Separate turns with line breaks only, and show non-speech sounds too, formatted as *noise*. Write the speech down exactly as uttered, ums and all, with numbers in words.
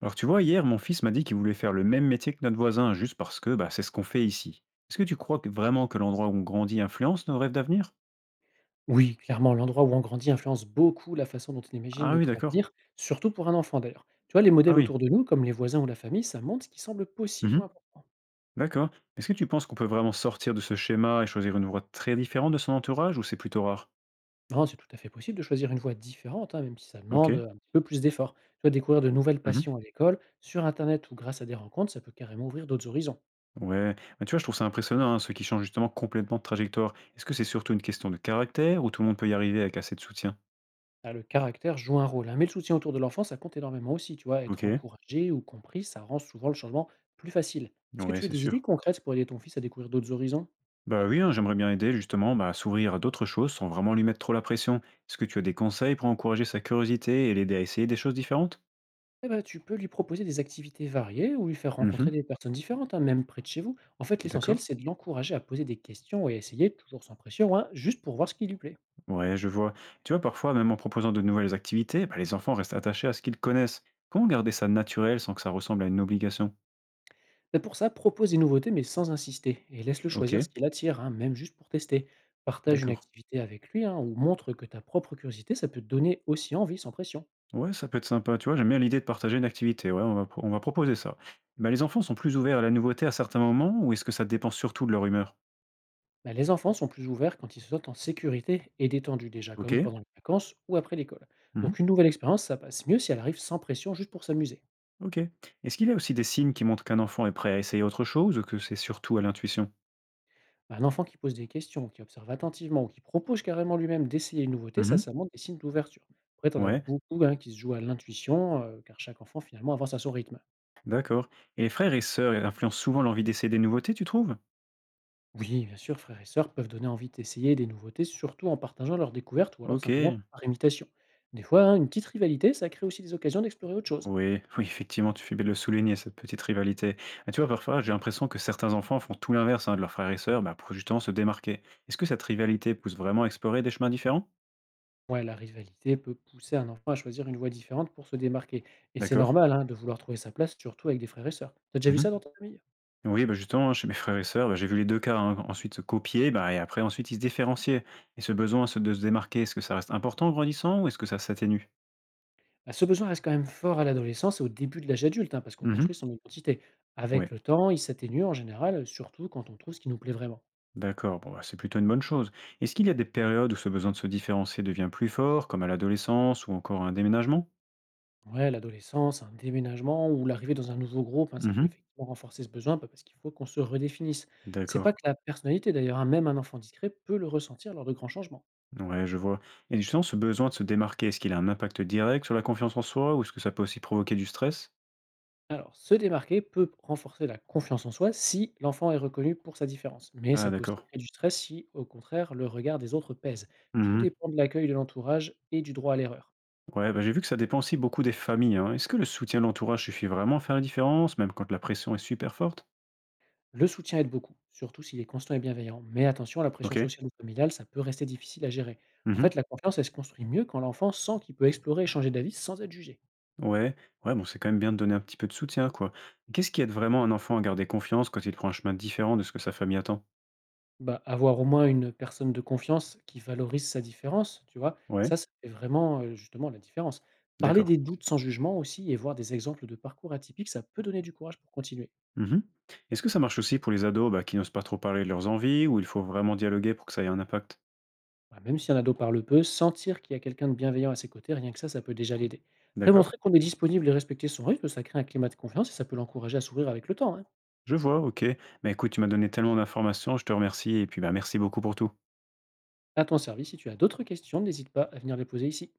Alors tu vois, hier, mon fils m'a dit qu'il voulait faire le même métier que notre voisin, juste parce que bah, c'est ce qu'on fait ici. Est-ce que tu crois que- vraiment que l'endroit où on grandit influence nos rêves d'avenir?
Oui, clairement, l'endroit où on grandit influence beaucoup la façon dont on imagine
Ah oui,
notre
d'accord.
avenir, surtout pour un enfant d'ailleurs. Tu vois, les
Ah
modèles autour
oui.
de nous, comme les voisins ou la famille, ça montre ce qui semble possible ou
Mhm.
important.
D'accord. Est-ce que tu penses qu'on peut vraiment sortir de ce schéma et choisir une voie très différente de son entourage, ou c'est plutôt rare?
Non, c'est tout à fait possible de choisir une voie différente, hein, même si ça
Ok.
demande euh, un petit peu plus d'efforts. Tu vois, découvrir de nouvelles
Mhm.
passions à l'école, sur Internet ou grâce à des rencontres, ça peut carrément ouvrir d'autres horizons.
Ouais. Bah, tu vois, je trouve ça impressionnant, hein, ceux qui changent justement complètement de trajectoire. Est-ce que c'est surtout une question de caractère, ou tout le monde peut y arriver avec assez de soutien?
Ah, le caractère joue un rôle, hein, mais le soutien autour de l'enfant, ça compte énormément aussi. Tu vois,
Ok.
être encouragé ou compris, ça rend souvent le changement plus facile. Est-ce que
Ouais,
tu as
c'est
des idées
sûr.
concrètes pour aider ton fils à découvrir d'autres horizons?
Bah oui, hein, j'aimerais bien aider justement bah, à s'ouvrir à d'autres choses sans vraiment lui mettre trop la pression. Est-ce que tu as des conseils pour encourager sa curiosité et l'aider à essayer des choses différentes?
Eh bah, tu peux lui proposer des activités variées ou lui faire
Mhm.
rencontrer des personnes différentes, hein, même près de chez vous. En fait,
D'accord.
l'essentiel, c'est de l'encourager à poser des questions et essayer, toujours sans pression, hein, juste pour voir ce qui lui plaît.
Ouais, je vois. Tu vois, parfois, même en proposant de nouvelles activités, bah, les enfants restent attachés à ce qu'ils connaissent. Comment garder ça naturel sans que ça ressemble à une obligation?
Et pour ça, propose des nouveautés, mais sans insister, et laisse-le
Ok,
choisir ce qui l'attire, hein, même juste pour tester. Partage une
d'accord.
activité avec lui hein, ou montre que ta propre curiosité, ça peut te donner aussi envie sans pression.
Ouais, ça peut être sympa. Tu vois, j'aime bien l'idée de partager une activité. Ouais, on va, pro- on va proposer ça. Bah, les enfants sont plus ouverts à la nouveauté à certains moments, ou est-ce que ça dépend surtout de leur humeur?
Bah, les enfants sont plus ouverts quand ils se sentent en sécurité et détendus déjà,
Ok.
comme pendant les vacances ou après l'école.
Mhm.
Donc une nouvelle expérience, ça passe mieux si elle arrive sans pression, juste pour s'amuser.
Ok. Est-ce qu'il y a aussi des signes qui montrent qu'un enfant est prêt à essayer autre chose, ou que c'est surtout à l'intuition?
Un enfant qui pose des questions, qui observe attentivement ou qui propose carrément lui-même d'essayer une nouveauté, ça,
Mhm.
ça montre des signes d'ouverture. Après, t'en as
Ouais,
beaucoup hein, qui se jouent à l'intuition, euh, car chaque enfant finalement avance à son rythme.
d'accord. Et les frères et sœurs influencent souvent l'envie d'essayer des nouveautés, tu trouves?
Oui, bien sûr, frères et sœurs peuvent donner envie d'essayer des nouveautés, surtout en partageant leurs découvertes ou alors
Ok.
simplement par imitation. Des fois, hein, une petite rivalité, ça crée aussi des occasions d'explorer autre chose.
Oui, *laughs* oui, effectivement, tu fais bien de le souligner, cette petite rivalité. Ah, tu vois, parfois, j'ai l'impression que certains enfants font tout l'inverse, hein, de leurs frères et sœurs, bah, pour justement se démarquer. Est-ce que cette rivalité pousse vraiment à explorer des chemins différents?
Ouais, la rivalité peut pousser un enfant à choisir une voie différente pour se démarquer. Et c'est
D'accord.
normal hein, de vouloir trouver sa place, surtout avec des frères et sœurs. T'as déjà vu
Mhm.
ça dans ta famille?
Oui, bah, justement, chez mes frères et sœurs, bah, j'ai vu les deux cas, hein, ensuite se copier, bah, et après ensuite ils se différenciaient. Et ce besoin se- de se démarquer, est-ce que ça reste important en grandissant, ou est-ce que ça s'atténue?
Bah, ce besoin reste quand même fort à l'adolescence et au début de l'âge adulte, hein, parce qu'on
Mhm.
construit son identité.
Oui,
Avec le temps, il s'atténue en général, surtout quand on trouve ce qui nous plaît vraiment.
d'accord, bon, bah, c'est plutôt une bonne chose. Est-ce qu'il y a des périodes où ce besoin de se différencier devient plus fort, comme à l'adolescence ou encore à un déménagement?
Ouais, l'adolescence, un déménagement ou l'arrivée dans un nouveau groupe, hein, ça peut
Mhm.
effectivement renforcer ce besoin bah, parce qu'il faut qu'on se redéfinisse. C'est pas
D'accord.
que la personnalité d'ailleurs, hein, même un enfant discret peut le ressentir lors de grands changements.
Ouais, je vois. Et justement, ce besoin de se démarquer, est-ce qu'il a un impact direct sur la confiance en soi, ou est-ce que ça peut aussi provoquer du stress?
Alors, se démarquer peut renforcer la confiance en soi si l'enfant est reconnu pour sa différence, mais
Ah,
ça peut aussi
d'accord.
créer du stress si, au contraire, le regard des autres pèse. Tout
Mhm.
dépend de l'accueil de l'entourage et du droit à l'erreur.
Ouais, bah, j'ai vu que ça dépend aussi beaucoup des familles, hein. Est-ce que le soutien de l'entourage suffit vraiment à faire la différence, même quand la pression est super forte?
Le soutien aide beaucoup, surtout s'il est constant et bienveillant. Mais attention, la
Ok.
pression sociale ou familiale, ça peut rester difficile à gérer. En
Mhm.
fait, la confiance, elle se construit mieux quand l'enfant sent qu'il peut explorer et changer d'avis sans être jugé.
Ouais, ouais, bon, c'est quand même bien de donner un petit peu de soutien, quoi. Qu'est-ce qui aide vraiment un enfant à garder confiance quand il prend un chemin différent de ce que sa famille attend?
Bah, avoir au moins une personne de confiance qui valorise sa différence, tu vois,
Ouais,
ça, ça fait vraiment euh, justement la différence. Parler
d'accord.
des doutes sans jugement aussi et voir des exemples de parcours atypiques, ça peut donner du courage pour continuer.
Mhm. Est-ce que ça marche aussi pour les ados, bah, qui n'osent pas trop parler de leurs envies, ou il faut vraiment dialoguer pour que ça ait un impact?
Bah, même si un ado parle peu, sentir qu'il y a quelqu'un de bienveillant à ses côtés, rien que ça, ça peut déjà l'aider. Après,
D'accord.
montrer qu'on est disponible et respecter son rythme, ça crée un climat de confiance et ça peut l'encourager à s'ouvrir avec le temps. Hein.
Je vois, ok. Bah écoute, tu m'as donné tellement d'informations, je te remercie, et puis bah merci beaucoup pour tout.
À ton service, si tu as d'autres questions, n'hésite pas à venir les poser ici.